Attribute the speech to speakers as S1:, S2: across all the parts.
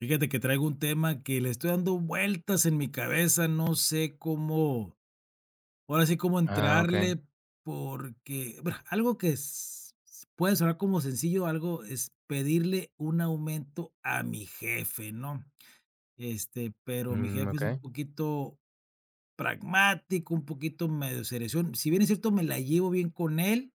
S1: Fíjate que traigo un tema que le estoy dando vueltas en mi cabeza, no sé cómo, ahora sí cómo
S2: Ah, okey.
S1: entrarle, porque bueno, algo que puede sonar como sencillo, algo es pedirle un aumento a mi jefe, ¿no? Pero mi jefe es un
S2: Okey.
S1: poquito pragmático, un poquito medio cerezón. Si bien es cierto, me la llevo bien con él,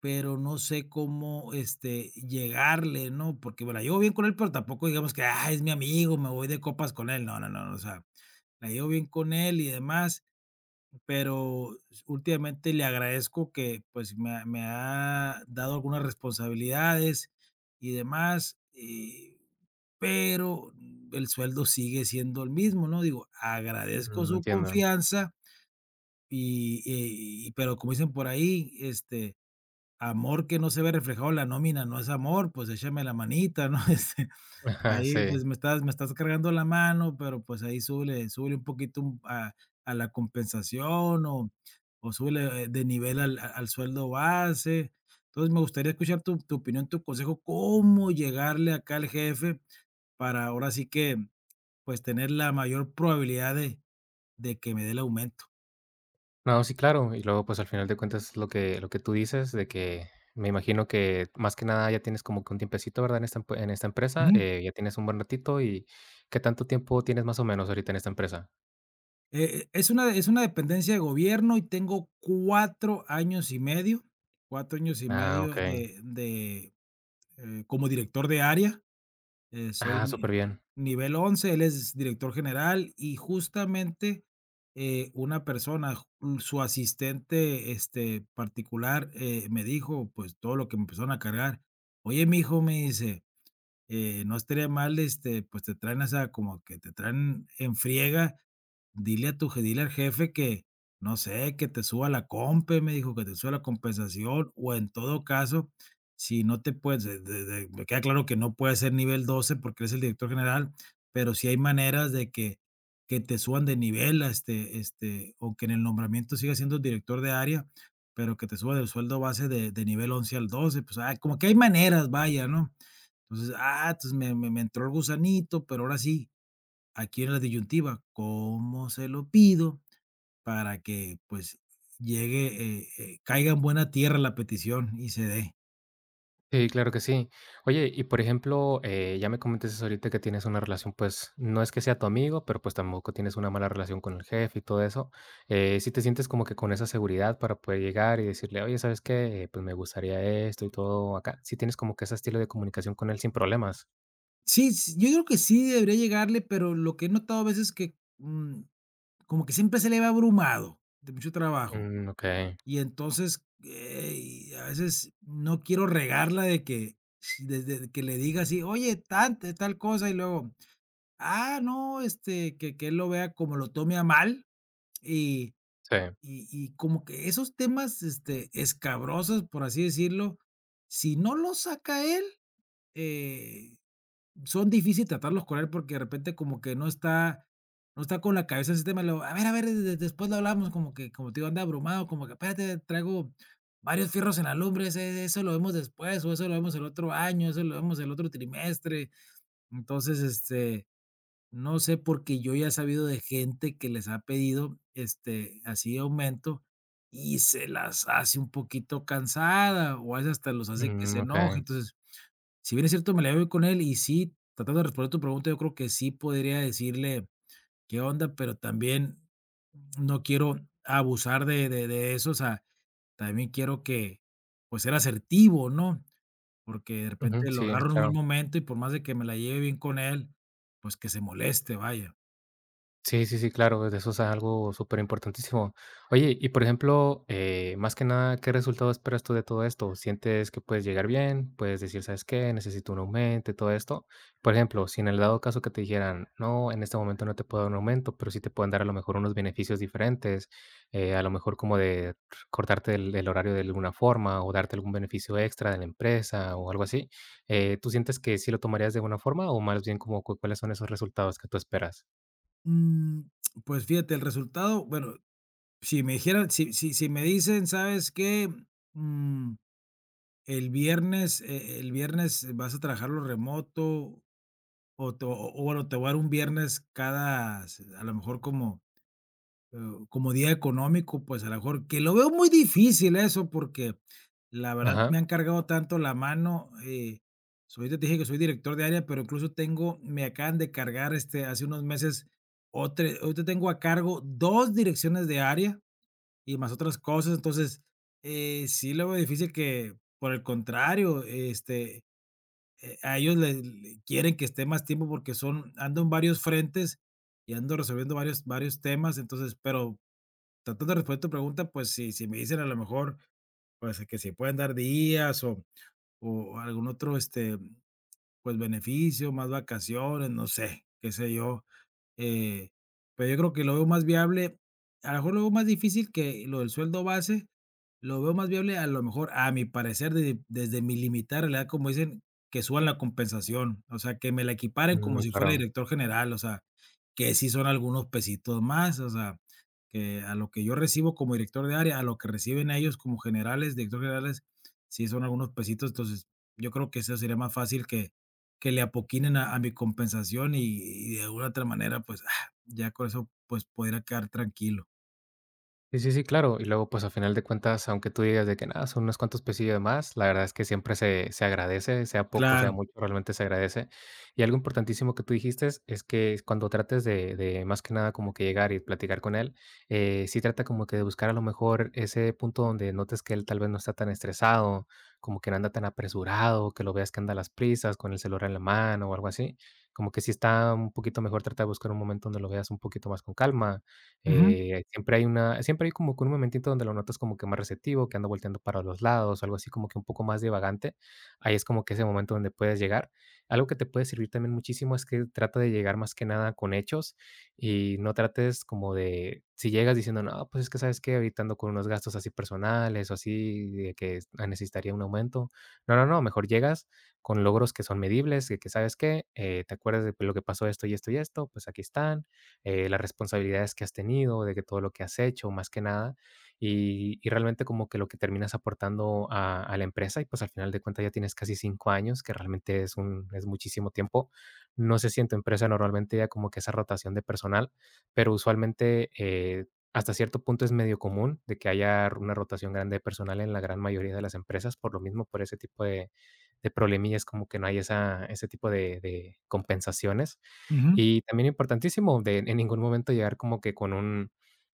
S1: pero no sé cómo llegarle, ¿no? Porque me la llevo bien con él, pero tampoco digamos que es mi amigo, me voy de copas con él. No, no, no, no, o sea, la llevo bien con él y demás, pero últimamente le agradezco que, pues, me ha dado algunas responsabilidades y demás, pero el sueldo sigue siendo el mismo, ¿no? Digo, agradezco su
S2: Entiendo.
S1: confianza, pero como dicen por ahí, amor que no se ve reflejado en la nómina, no es amor, pues échame la manita, ¿no?
S2: Ajá,
S1: Ahí,
S2: sí.
S1: pues, me estás cargando la mano, pero, pues, ahí sube un poquito, a la compensación o sube de nivel al sueldo base. Entonces, me gustaría escuchar tu opinión, tu consejo, cómo llegarle acá al jefe para ahora sí que, pues, tener la mayor probabilidad de que me dé el aumento.
S2: No, sí, claro, y luego, pues, al final de cuentas, lo que tú dices de que me imagino que más que nada ya tienes como que un tiempecito, ¿verdad? En esta emp en esta empresa, ya tienes un buen ratito. ¿Y qué tanto tiempo tienes más o menos ahorita en esta empresa?
S1: Es una dependencia de gobierno y tengo cuatro años y
S2: Ah,
S1: medio
S2: okey.
S1: de como director de área. Soy
S2: Ah, súper
S1: ni
S2: bien.
S1: nivel 11. Él es director general y justamente, una persona, ju su asistente, particular, me dijo, pues, todo lo que me empezaron a cargar. Oye, mijo, me dice, no estaría mal, pues te traen esa como que te traen en friega. Dile a tu je dile al jefe que, no sé, que te suba la compe, me dijo, que te suba la compensación, o en todo caso, si no te puedes de me queda claro que no puede ser nivel 12 porque eres el director general, pero sí hay maneras de que te suban de nivel, o que en el nombramiento siga siendo director de área, pero que te suba del sueldo base de nivel 11 al 12, pues, como que hay maneras, vaya, ¿no? Entonces, me entró el gusanito, pero ahora sí, aquí en la disyuntiva, ¿cómo se lo pido para que, pues, llegue, caiga en buena tierra la petición y se dé?
S2: Sí, claro que sí. Oye, y por ejemplo, ya me comentaste ahorita que tienes una relación, pues, no es que sea tu amigo, pero pues tampoco tienes una mala relación con el jefe y todo eso. Si te sientes como que con esa seguridad para poder llegar y decirle, oye, ¿sabes qué? Pues me gustaría esto y todo acá. Si tienes como que ese estilo de comunicación con él sin problemas.
S1: Sí, s yo creo que sí debería llegarle, pero lo que he notado a veces es que, como que siempre se le va abrumado de mucho trabajo,
S2: Mm, ok,
S1: y entonces, y a veces no quiero regarla de que si- de que le diga así: "Oye, tal cosa", y luego: ah, no, que él lo vea como lo tome a mal. y
S2: sí.
S1: y y como que esos temas, escabrosos, por así decirlo, si no los saca él, eh, son difícil tratarlos con él, porque de repente como que no está con la cabeza ese tema. Luego: a ver, de después lo hablamos", como que, como te digo, anda abrumado, como que: "Espérate, traigo varios fierros en la lumbre, ese eso lo vemos después, o eso lo vemos el otro año, eso lo vemos el otro trimestre". Entonces, no sé, porque yo ya he sabido de gente que les ha pedido, así aumento y se las hace un poquito cansada, o a veces hasta los hace que se
S2: Mm,
S1: enoje.
S2: ok.
S1: Entonces, si bien es cierto, me la llevo con él y sí, tratando de responder tu pregunta, yo creo que sí podría decirle qué onda, pero también no quiero abusar de eso, o sea, también quiero que, pues, ser asertivo, ¿no? Porque de
S2: Ujú,
S1: repente lo
S2: sí,
S1: agarro en un mal
S2: claro.
S1: momento y por más de que me la lleve bien con él, pues, que se moleste, vaya.
S2: Sí, sí, sí, claro, de eso es algo súper importantísimo. Oye, y por ejemplo, más que nada, ¿qué resultado esperas tú de todo esto? ¿Sientes que puedes llegar bien? ¿Puedes decir, sabes qué? Necesito un aumento y todo esto. Por ejemplo, si en el dado caso que te dijeran, no, en este momento no te puedo dar un aumento, pero sí te pueden dar a lo mejor unos beneficios diferentes, a lo mejor como de cortarte el horario de alguna forma o darte algún beneficio extra de la empresa o algo así, ¿tú sientes que sí lo tomarías de buena forma o más bien como cuáles son esos resultados que tú esperas?
S1: Mm, pues fíjate, el resultado, bueno, si me dijeran, si me dicen: "¿Sabes qué? Mm, el viernes vas a trabajarlo remoto", o, bueno, te voy a dar un viernes cada, s a lo mejor, como eh, comodidad económico, pues, a lo mejor, que lo veo muy difícil eso, porque la verdad
S2: Ajá.
S1: me han cargado tanto la mano, soy te dije que soy director de área, pero incluso tengo me acaban de cargar, hace unos meses, otre ahorita tengo a cargo 2 direcciones de área y más otras cosas. Entonces, sí lo veo difícil que, por el contrario, a ellos le quieren que esté más tiempo porque son ando en varios frentes y ando resolviendo varios temas. Entonces, pero tratando de responder tu pregunta, pues si me dicen a lo mejor, pues que si pueden dar días o algún otro, pues beneficio, más vacaciones, no sé, qué sé yo, eh, pero yo creo que lo veo más viable, a lo mejor, lo veo más difícil que lo del sueldo base, lo veo más viable, a lo mejor, a mi parecer, de desde mi limitada realidad, como dicen, que suban la compensación, o sea, que me la equiparen como
S2: Mm,
S1: si fuera
S2: claro.
S1: director general, o sea, que sí son algunos pesitos más, o sea, que a lo que yo recibo como director de área, a lo que reciben ellos como generales, director generales, sí son algunos pesitos, entonces yo creo que eso sería más fácil que le apoquinen a mi compensación y de alguna otra manera, pues, ya con eso, pues, podría quedar tranquilo.
S2: Sí, sí, sí, claro. Y luego, pues, a final de cuentas, aunque tú digas de que nada, son unos cuantos pesillos más, la verdad es que siempre se agradece, sea poco, sea
S1: Claro.
S2: mucho, realmente se agradece. Y algo importantísimo que tú dijiste es que cuando trates de más que nada como que llegar y platicar con él, sí trata como que de buscar a lo mejor ese punto donde notes que él tal vez no está tan estresado, como que no anda tan apresurado, que lo veas que anda a las prisas con el celular en la mano o algo así. Como que sí está un poquito mejor, trata de buscar un momento donde lo veas un poquito más con calma.
S1: Ujú,
S2: Siempre hay una, siempre hay como que un momentito donde lo notas como que más receptivo, que anda volteando para los lados, o algo así como que un poco más divagante. Ahí es como que ese momento donde puedes llegar. Algo que te puede servir también muchísimo es que trata de llegar más que nada con hechos y no trates como de si llegas diciendo: "No, pues es que, ¿sabes que ahorita ando con unos gastos así personales o así de que ah, necesitaría un aumento". No, no, no, mejor llegas con logros que son medibles, de que, ¿sabes que ¿te acuerdas de lo que pasó esto y esto y esto? Pues aquí están las responsabilidades que has tenido, de que todo lo que has hecho, más que nada, y realmente como que lo que terminas aportando a la empresa, y pues al final de cuentas ya tienes casi 5 años, que realmente es muchísimo tiempo. No sé si en tu empresa normalmente ya como que esa rotación de personal, pero usualmente hasta cierto punto es medio común de que haya una rotación grande de personal en la gran mayoría de las empresas, por lo mismo, por ese tipo de problemillas, como que no hay esa, ese tipo de compensaciones.
S1: ujú.
S2: Y también importantísimo de en ningún momento llegar como que con un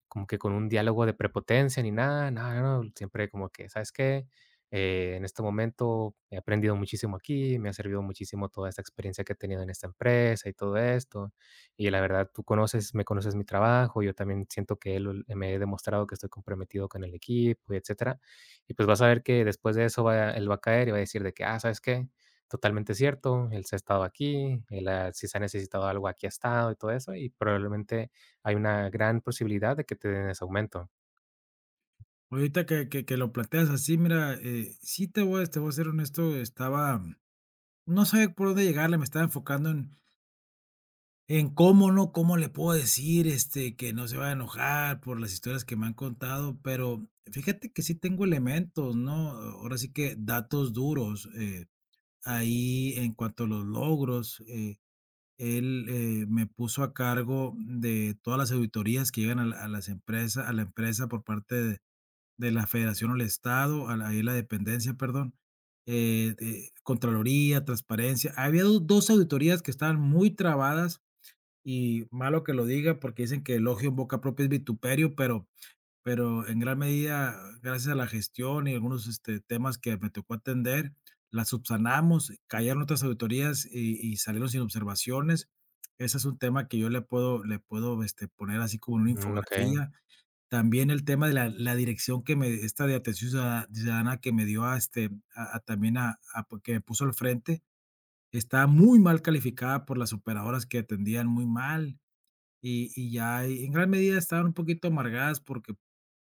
S2: como que con un diálogo de prepotencia ni nada, no, no, no, siempre como que, ¿sabes qué? En este momento he aprendido muchísimo aquí, me ha servido muchísimo toda esta experiencia que he tenido en esta empresa y todo esto. Y la verdad, tú conoces, me conoces mi trabajo, yo también siento que me he demostrado que estoy comprometido con el equipo y etcétera. Y pues vas a ver que después de eso él va a caer y va a decir de que, ah, ¿sabes qué? Totalmente cierto, él se ha estado aquí, él ha si se ha necesitado algo, aquí ha estado y todo eso, y probablemente hay una gran posibilidad de que te den ese aumento.
S1: Ahorita que lo planteas así, mira, sí te voy a ser honesto, estaba no sabía por dónde llegarle, me estaba enfocando en cómo, ¿no? Cómo le puedo decir, que no se va a enojar por las historias que me han contado, pero fíjate que sí tengo elementos, ¿no? Ahora sí que datos duros, ahí en cuanto a los logros, él, me puso a cargo de todas las auditorías que llegan a la empresa por parte de la federación o el estado, a la ahí la dependencia, perdón, de contraloría, transparencia. Había do dos auditorías que estaban muy trabadas, y malo que lo diga porque dicen que elogio en boca propia es vituperio, pero en gran medida, gracias a la gestión y algunos, temas que me tocó atender, las subsanamos, cayeron otras auditorías y salieron sin observaciones. Ese es un tema que yo le puedo, poner así como en una
S2: Mm, okey.
S1: infografía. También el tema de la dirección que me esta de atención ciudadana que me dio a, este, a también a porque me puso al frente, estaba muy mal calificada por las operadoras que atendían muy mal. Y ya, y en gran medida están un poquito amargadas porque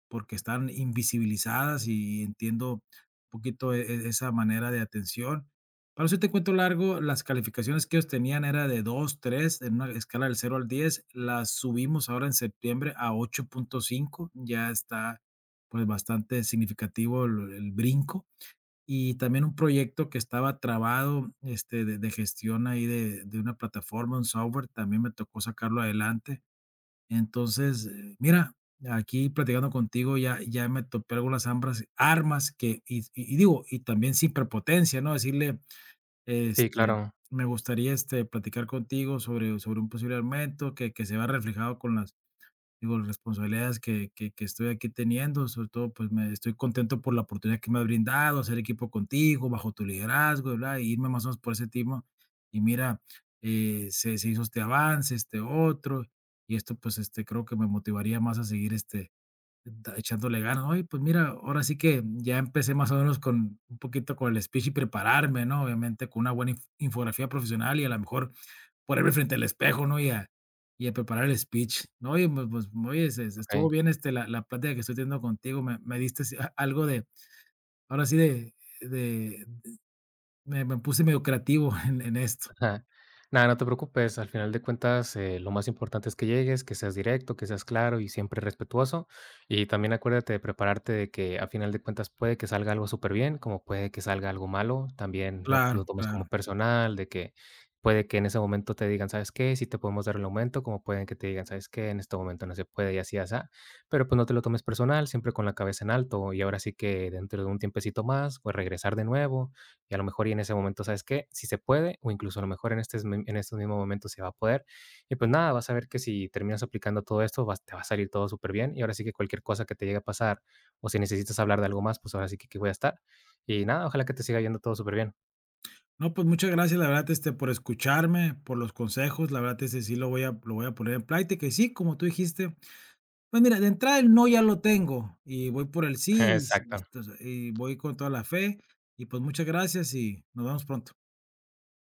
S1: están invisibilizadas y entiendo un poquito esa manera de atención. Para no hacerte el cuento largo, las calificaciones que ellos tenían era de 2 3 en una escala del 0 al 10, las subimos ahora en septiembre a 8.5, ya está, pues, bastante significativo el brinco. Y también un proyecto que estaba trabado, de gestión ahí de una plataforma, un software, también me tocó sacarlo adelante. Entonces, mira, aquí platicando contigo ya me topé algunas ambras armas, que digo, y también sin prepotencia, ¿no? Decirle,
S2: Sí,
S1: este,
S2: claro,
S1: me gustaría, platicar contigo sobre un posible aumento que se vea reflejado con las, digo, las responsabilidades que estoy aquí teniendo. Sobre todo, pues, me estoy contento por la oportunidad que me has brindado, hacer equipo contigo, bajo tu liderazgo, bla, y irme más o menos por ese timo. Y mira, se hizo este avance, este otro, y esto, pues, creo que me motivaría más a seguir, este, Da echándole ganas. Oye, pues mira, ahora sí que ya empecé más o menos con un poquito con el speech y prepararme, ¿no? Obviamente con una buena infografía profesional, y a lo mejor ponerme frente al espejo, ¿no? Y a preparar el speech, ¿no? Oye, pues, pues, oye, se estuvo
S2: okey.
S1: bien, este, la plática que estoy teniendo contigo, me diste así algo de, ahora sí de, me puse medio creativo en esto.
S2: Ajá. Nada, no te preocupes, al final de cuentas, lo más importante es que llegues, que seas directo, que seas claro y siempre respetuoso. Y también acuérdate de prepararte de que a final de cuentas puede que salga algo súper bien, como puede que salga algo malo. También no te lo
S1: Claro,
S2: tomes como
S1: claro.
S2: personal, de que puede que en ese momento te digan, ¿sabes qué? Sí te podemos dar el aumento, como pueden que te digan, ¿sabes qué? En este momento no se puede y así, así. Pero pues no te lo tomes personal, siempre con la cabeza en alto. Y ahora sí que dentro de un tiempecito más, pues regresar de nuevo y a lo mejor y en ese momento, ¿sabes qué? Si se puede, o incluso a lo mejor en, este, en estos mismos momentos se va a poder. Y pues nada, vas a ver que si terminas aplicando todo esto, te va a salir todo súper bien. Y ahora sí que cualquier cosa que te llegue a pasar, o si necesitas hablar de algo más, pues ahora sí que aquí voy a estar. Y nada, ojalá que te siga yendo todo súper bien.
S1: No, pues muchas gracias, la verdad, por escucharme, por los consejos, la verdad, sí lo voy a, poner en práctica. Y sí, como tú dijiste, pues mira, de entrada el no ya lo tengo y voy por el sí, y sí,
S2: Exacto.
S1: entonces, y voy con toda la fe y, pues, muchas gracias y nos vemos pronto.